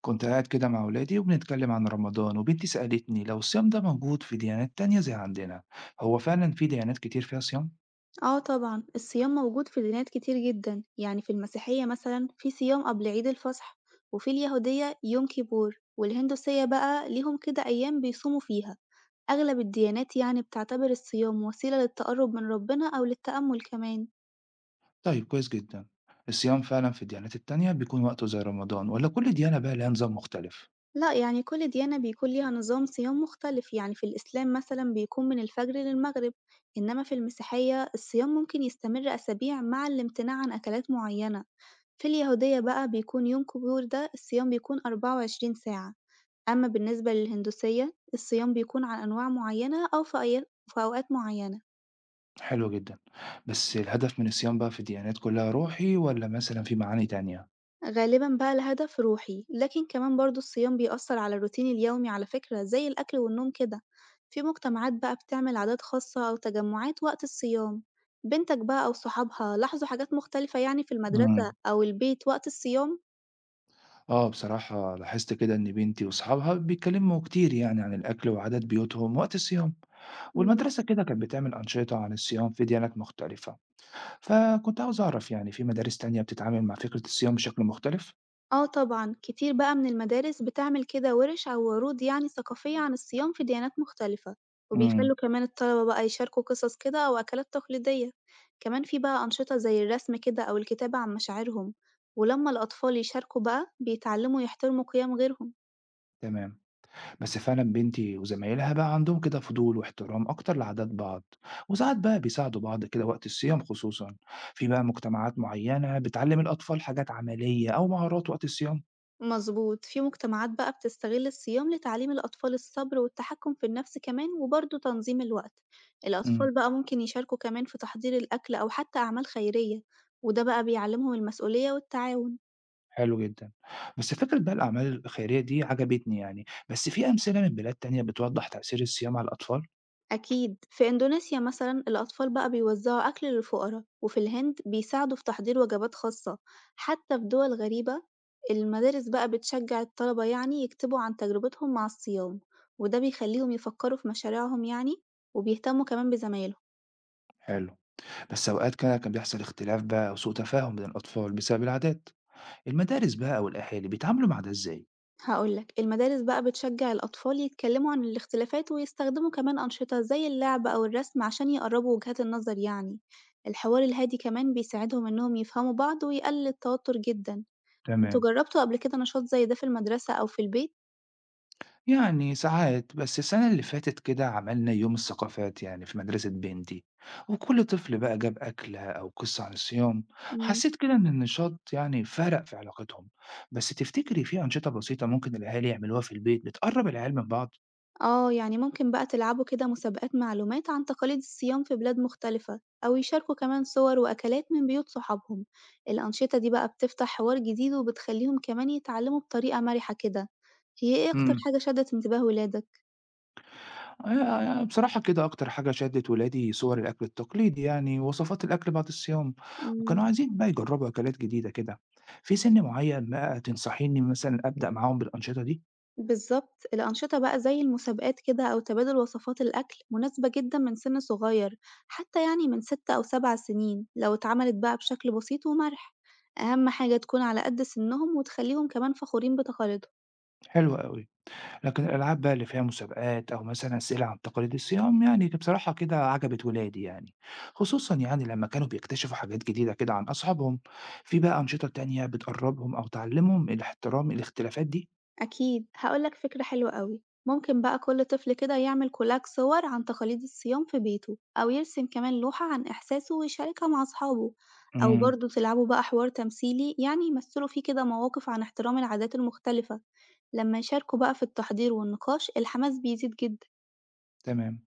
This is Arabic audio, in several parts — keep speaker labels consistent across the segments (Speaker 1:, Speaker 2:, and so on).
Speaker 1: كنت قاعد كده مع ولادي وبنتكلم عن رمضان وبنتي سألتني لو الصيام ده موجود في ديانات تانية زي عندنا. هو فعلا في ديانات كتير فيها صيام؟
Speaker 2: آه طبعًا، الصيام موجود في ديانات كتير جدًا، يعني في المسيحية مثلًا في صيام قبل عيد الفصح، وفي اليهودية يوم كيبور، والهندوسية بقى ليهم كده أيام بيصوموا فيها، أغلب الديانات يعني بتعتبر الصيام وسيلة للتقرب من ربنا أو للتأمل كمان.
Speaker 1: طيب كويس جدا. الصيام فعلا في الديانات التانية بيكون وقته زي رمضان ولا كل ديانة بقى لها نظام مختلف؟
Speaker 2: لأ يعني كل ديانة بيكون ليها نظام صيام مختلف، يعني في الإسلام مثلًا بيكون من الفجر للمغرب، إنما في المسيحية الصيام ممكن يستمر أسابيع مع الامتناع عن أكلات معينة. في اليهودية بقى بيكون يوم كيبور ده الصيام بيكون 24 ساعة، أما بالنسبة للهندوسية الصيام بيكون على أنواع معينة أو في أوقات معينة.
Speaker 1: حلو جدا. بس الهدف من الصيام بقى في الديانات كلها روحي ولا مثلا في معاني تانية؟
Speaker 2: غالبًا بقى لهدف روحي، لكن كمان برضه الصيام بيأثر على الروتين اليومي على فكرة زي الأكل والنوم كده، في مجتمعات بقى بتعمل عادات خاصة أو تجمعات وقت الصيام. بنتك بقى أو صحابها لاحظوا حاجات مختلفة يعني في المدرسة
Speaker 1: مم.
Speaker 2: أو البيت وقت الصيام؟
Speaker 1: اه بصراحة لاحظت كده ان بنتي واصحابها بيتكلموا كتير يعني عن الاكل وعادات بيوتهم وقت الصيام،
Speaker 2: إمم.
Speaker 1: والمدرسة كده كانت بتعمل انشطة عن الصيام في ديانات مختلفة. فكنت عاوز أعرف يعني في مدارس تانية بتتعامل مع فكرة الصيام بشكل مختلف؟
Speaker 2: آه طبعًا، كتير بقى من المدارس بتعمل كده ورش أو عروض يعني ثقافية عن الصيام في ديانات مختلفة،
Speaker 1: إمم،
Speaker 2: وبيخلوا كمان الطلبة بقى يشاركوا قصص كده أو أكلات تقليدية، كمان في بقى أنشطة زي الرسم كده أو الكتابة عن مشاعرهم، ولما الأطفال يشاركوا بقى بيتعلموا يحترموا قيم غيرهم.
Speaker 1: تمام، بس فعلًا بنتي وزمايلها بقى عندهم كده فضول واحترام أكتر لعادات بعض، وساعات بقى بيساعدوا بعض كده وقت الصيام خصوصًا، في بقى مجتمعات معينة بتعلم الأطفال حاجات عملية أو مهارات وقت الصيام؟
Speaker 2: مظبوط، في مجتمعات بقى بتستغل الصيام لتعليم الأطفال الصبر والتحكم في النفس كمان وبرضه تنظيم الوقت.
Speaker 1: إمم،
Speaker 2: الأطفال بقى ممكن يشاركوا كمان في تحضير الأكل أو حتى أعمال خيرية، وده بقى بيعلمهم المسؤولية والتعاون.
Speaker 1: حلو جدًا، بس فكرة بقى الأعمال الخيرية دي عجبتني يعني، بس في أمثلة من بلاد تانية بتوضح تأثير الصيام على الأطفال؟
Speaker 2: أكيد، في إندونيسيا مثلا الأطفال بقى بيوزعوا أكل للفقراء، وفي الهند بيساعدوا في تحضير وجبات خاصة، حتى في دول غريبة المدارس بقى بتشجع الطلبة يعني يكتبوا عن تجربتهم مع الصيام، وده بيخليهم يفكروا في مشاريعهم يعني، وبيهتموا كمان بزمايلهم.
Speaker 1: حلو، بس أوقات كده كان بيحصل اختلاف بقى وسوء تفاهم بين الأطفال بسبب العادات. المدارس بقى والأهالي بيتعاملوا مع ده إزاي؟
Speaker 2: هاقول لك، المدارس بقى بتشجّع الأطفال يتكلّموا عن الاختلافات ويستخدموا كمان أنشطة زي اللعب أو الرسم عشان يقرّبوا وجهات النظر يعني، الحوار الهادي كمان بيساعدهم إنّهم يفهموا بعض ويقلل التوتر جدًا. أنتم
Speaker 1: تمام،
Speaker 2: جرّبتوا قبل كده نشاط زي ده في المدرسة أو في البيت؟
Speaker 1: يعني ساعات بس السنة اللي فاتت كده عملنا يوم الثقافات يعني في مدرسة بنتي، وكل طفل بقى جاب أكلة أو قصة عن الصيام.
Speaker 2: إمم.
Speaker 1: حسيت كده إن النشاط يعني فرق في علاقتهم. بس تفتكري في أنشطة بسيطة ممكن الأهالي يعملوها في البيت بتقرب العيال من بعض؟
Speaker 2: آه يعني ممكن بقى تلعبوا كده مسابقات معلومات عن تقاليد الصيام في بلاد مختلفة، أو يشاركوا كمان صور وأكلات من بيوت صحابهم. الأنشطة دي بقى بتفتح حوار جديد وبتخليهم كمان يتعلموا بطريقة مرحة كده. هي إيه أكتر حاجة شدت انتباه ولادك؟
Speaker 1: بصراحة كده أكتر حاجة شدِّت ولادي صور الأكل التقليدي يعني، ووصفات الأكل بعد الصيام،
Speaker 2: مم.
Speaker 1: وكانوا عايزين بقى يجربوا أكلات جديدة كده. في سِن معين بقى تنصحيني مثلًا أبدأ معاهم بالأنشطة دي؟
Speaker 2: بالظبط، الأنشطة بقى زي المسابقات كده أو تبادل وصفات الأكل مناسبة جدا من سن صغير، حتى يعني من 6 أو 7 سنين لو اتعملت بقى بشكل بسيط ومرح. أهم حاجة تكون على قد سنهم وتخليهم كمان فخورين بتقاليدهم.
Speaker 1: حلو أوي، لكن الألعاب بقى اللي فيها مسابقات أو مثلًا أسئلة عن تقاليد الصيام يعني بصراحة كده عجبت ولادي يعني، خصوصًا يعني لمّا كانوا بيكتشفوا حاجات جديدة كده عن أصحابهم. في بقى أنشطة تانية بتقرّبهم أو تعلّمهم الاحترام الاختلافات دي؟
Speaker 2: أكيد، هقولك فكرة حلوة أوي، ممكن بقى كل طفل كده يعمل كولاج صور عن تقاليد الصيام في بيته، أو يرسم كمان لوحة عن إحساسه ويشاركها مع أصحابه، أو
Speaker 1: إمم،
Speaker 2: برضه تلعبوا بقى حوار تمثيلي يعني يمثلوا فيه كده مواقف عن احترام العادات المختلفة. لما يشاركوا بقى في التحضير والنقاش الحماس بيزيد جدا.
Speaker 1: تمام.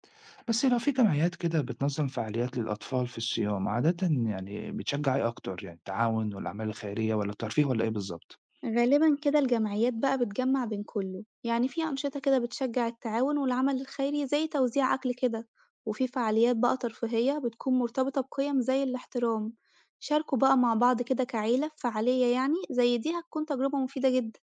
Speaker 1: بس لو في جمعيات كده بتنظم فعاليات للأطفال في الصيام عادة يعني بتشجع إيه أكتر يعني التعاون والأعمال الخيرية ولا الترفيه ولا إيه بالظبط؟
Speaker 2: غالبًا كده الجمعيات بقى بتجمّع بين كُلّه، يعني في أنشطة كده بتشجّع التعاون والعمل الخيري زي توزيع أكل كده، وفي فعاليات بقى ترفيهية بتكون مرتبطة بقيم زي الاحترام. شاركوا بقى مع بعض كده كعيلة في فعالية يعني زي دي هتكون تجربة مفيدة جدًا.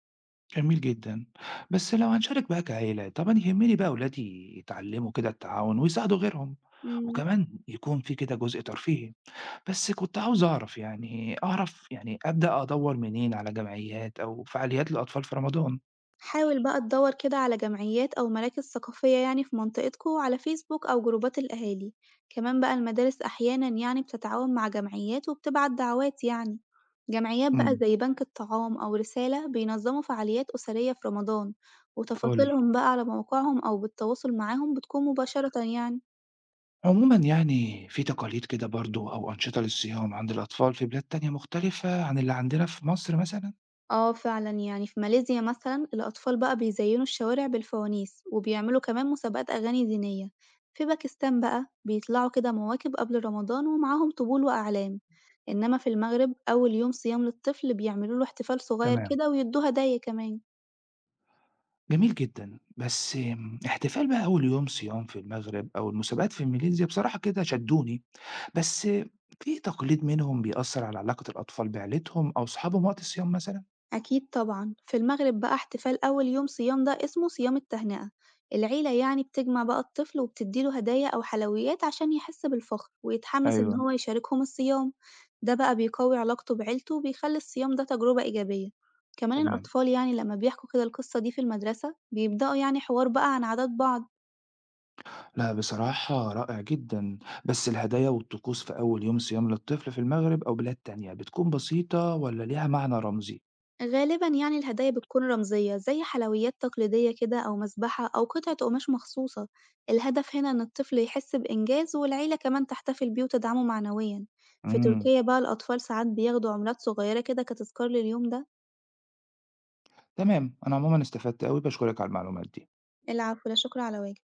Speaker 1: جميل جدًا. بس لو هنشارك بقى كعيلة، طبعًا يهمني بقى ولادي يتعلموا كده التعاون ويساعدوا غيرهم،
Speaker 2: إمم.
Speaker 1: وكمان يكون في كده جزء ترفيهي. بس كنت عاوز أعرف يعني أبدأ أدوّر منين على جمعيات أو فعاليات للأطفال في رمضان؟
Speaker 2: حاول بقى تدوّر كده على جمعيات أو مراكز ثقافية يعني في منطقتكوا على فيسبوك أو جروبات الأهالي، كمان بقى المدارس أحيانًا يعني بتتعاون مع جمعيات وبتبعت دعوات يعني، جمعيات بقى
Speaker 1: إمم،
Speaker 2: زي بنك الطعام أو رسالة بينظموا فعاليات أسرية في رمضان،
Speaker 1: فُل.
Speaker 2: وتفاصيلهم بقى على موقعهم أو بالتواصل معاهم بتكون مباشرةً يعني.
Speaker 1: عمومًا يعني في تقاليد كده برضه أو أنشطة للصيام عند الأطفال في بلاد تانية مختلفة عن اللي عندنا في مصر مثلًا؟
Speaker 2: آه فعلًا، يعني في ماليزيا مثلًا الأطفال بقى بيزينوا الشوارع بالفوانيس، وبيعملوا كمان مسابقات أغاني دينية، في باكستان بقى بيطلعوا كده مواكب قبل رمضان ومعاهم طبول وأعلام، إنما في المغرب أول يوم صيام للطفل بيعملوا له احتفال صغير
Speaker 1: تمام.
Speaker 2: كده ويدوه هدايا كمان.
Speaker 1: جميل جدًا، بس احتفال بقى أول يوم صيام في المغرب أو المسابقات في ماليزيا بصراحة كده شدّوني، بس في تقليد منهم بيأثّر على علاقة الأطفال بعيلتهم أو صحابهم وقت الصيام مثلًا؟
Speaker 2: أكيد طبعًا، في المغرب بقى احتفال أول يوم صيام ده اسمه صيام التهنئة، العيلة يعني بتجمع بقى الطفل وبتديله هدايا أو حلويات عشان يحس بالفخر ويتحمس إن
Speaker 1: أيوه،
Speaker 2: هو يشاركهم الصيام، ده بقى بيقوي علاقته بعيلته وبيخلي الصيام ده تجربة إيجابية. كمان
Speaker 1: تمام.
Speaker 2: الأطفال يعني لما بيحكوا كده القصة دي في المدرسة بيبدأوا يعني حوار بقى عن عادات بعض.
Speaker 1: لأ بصراحة رائع جدًا، بس الهدايا والطقوس في أول يوم صيام للطفل في المغرب أو بلاد تانية بتكون بسيطة والّا ليها معنى رمزي؟
Speaker 2: غالبًا يعني الهدايا بتكون رمزية زي حلويات تقليدية كده أو مسبحة أو قطعة قماش مخصوصة، الهدف هنا إن الطفل يحس بإنجاز والعيلة كمان تحتفل بيه وتدعمه معنويًا، في
Speaker 1: إمم،
Speaker 2: تركيا بقى الأطفال ساعات بياخدوا عملات صغيرة كده كتذكار لليوم ده.
Speaker 1: تمام، أنا عمومًا استفدت أوي، باشكرك على المعلومات دي.
Speaker 2: العفو، لا شكر على واجب.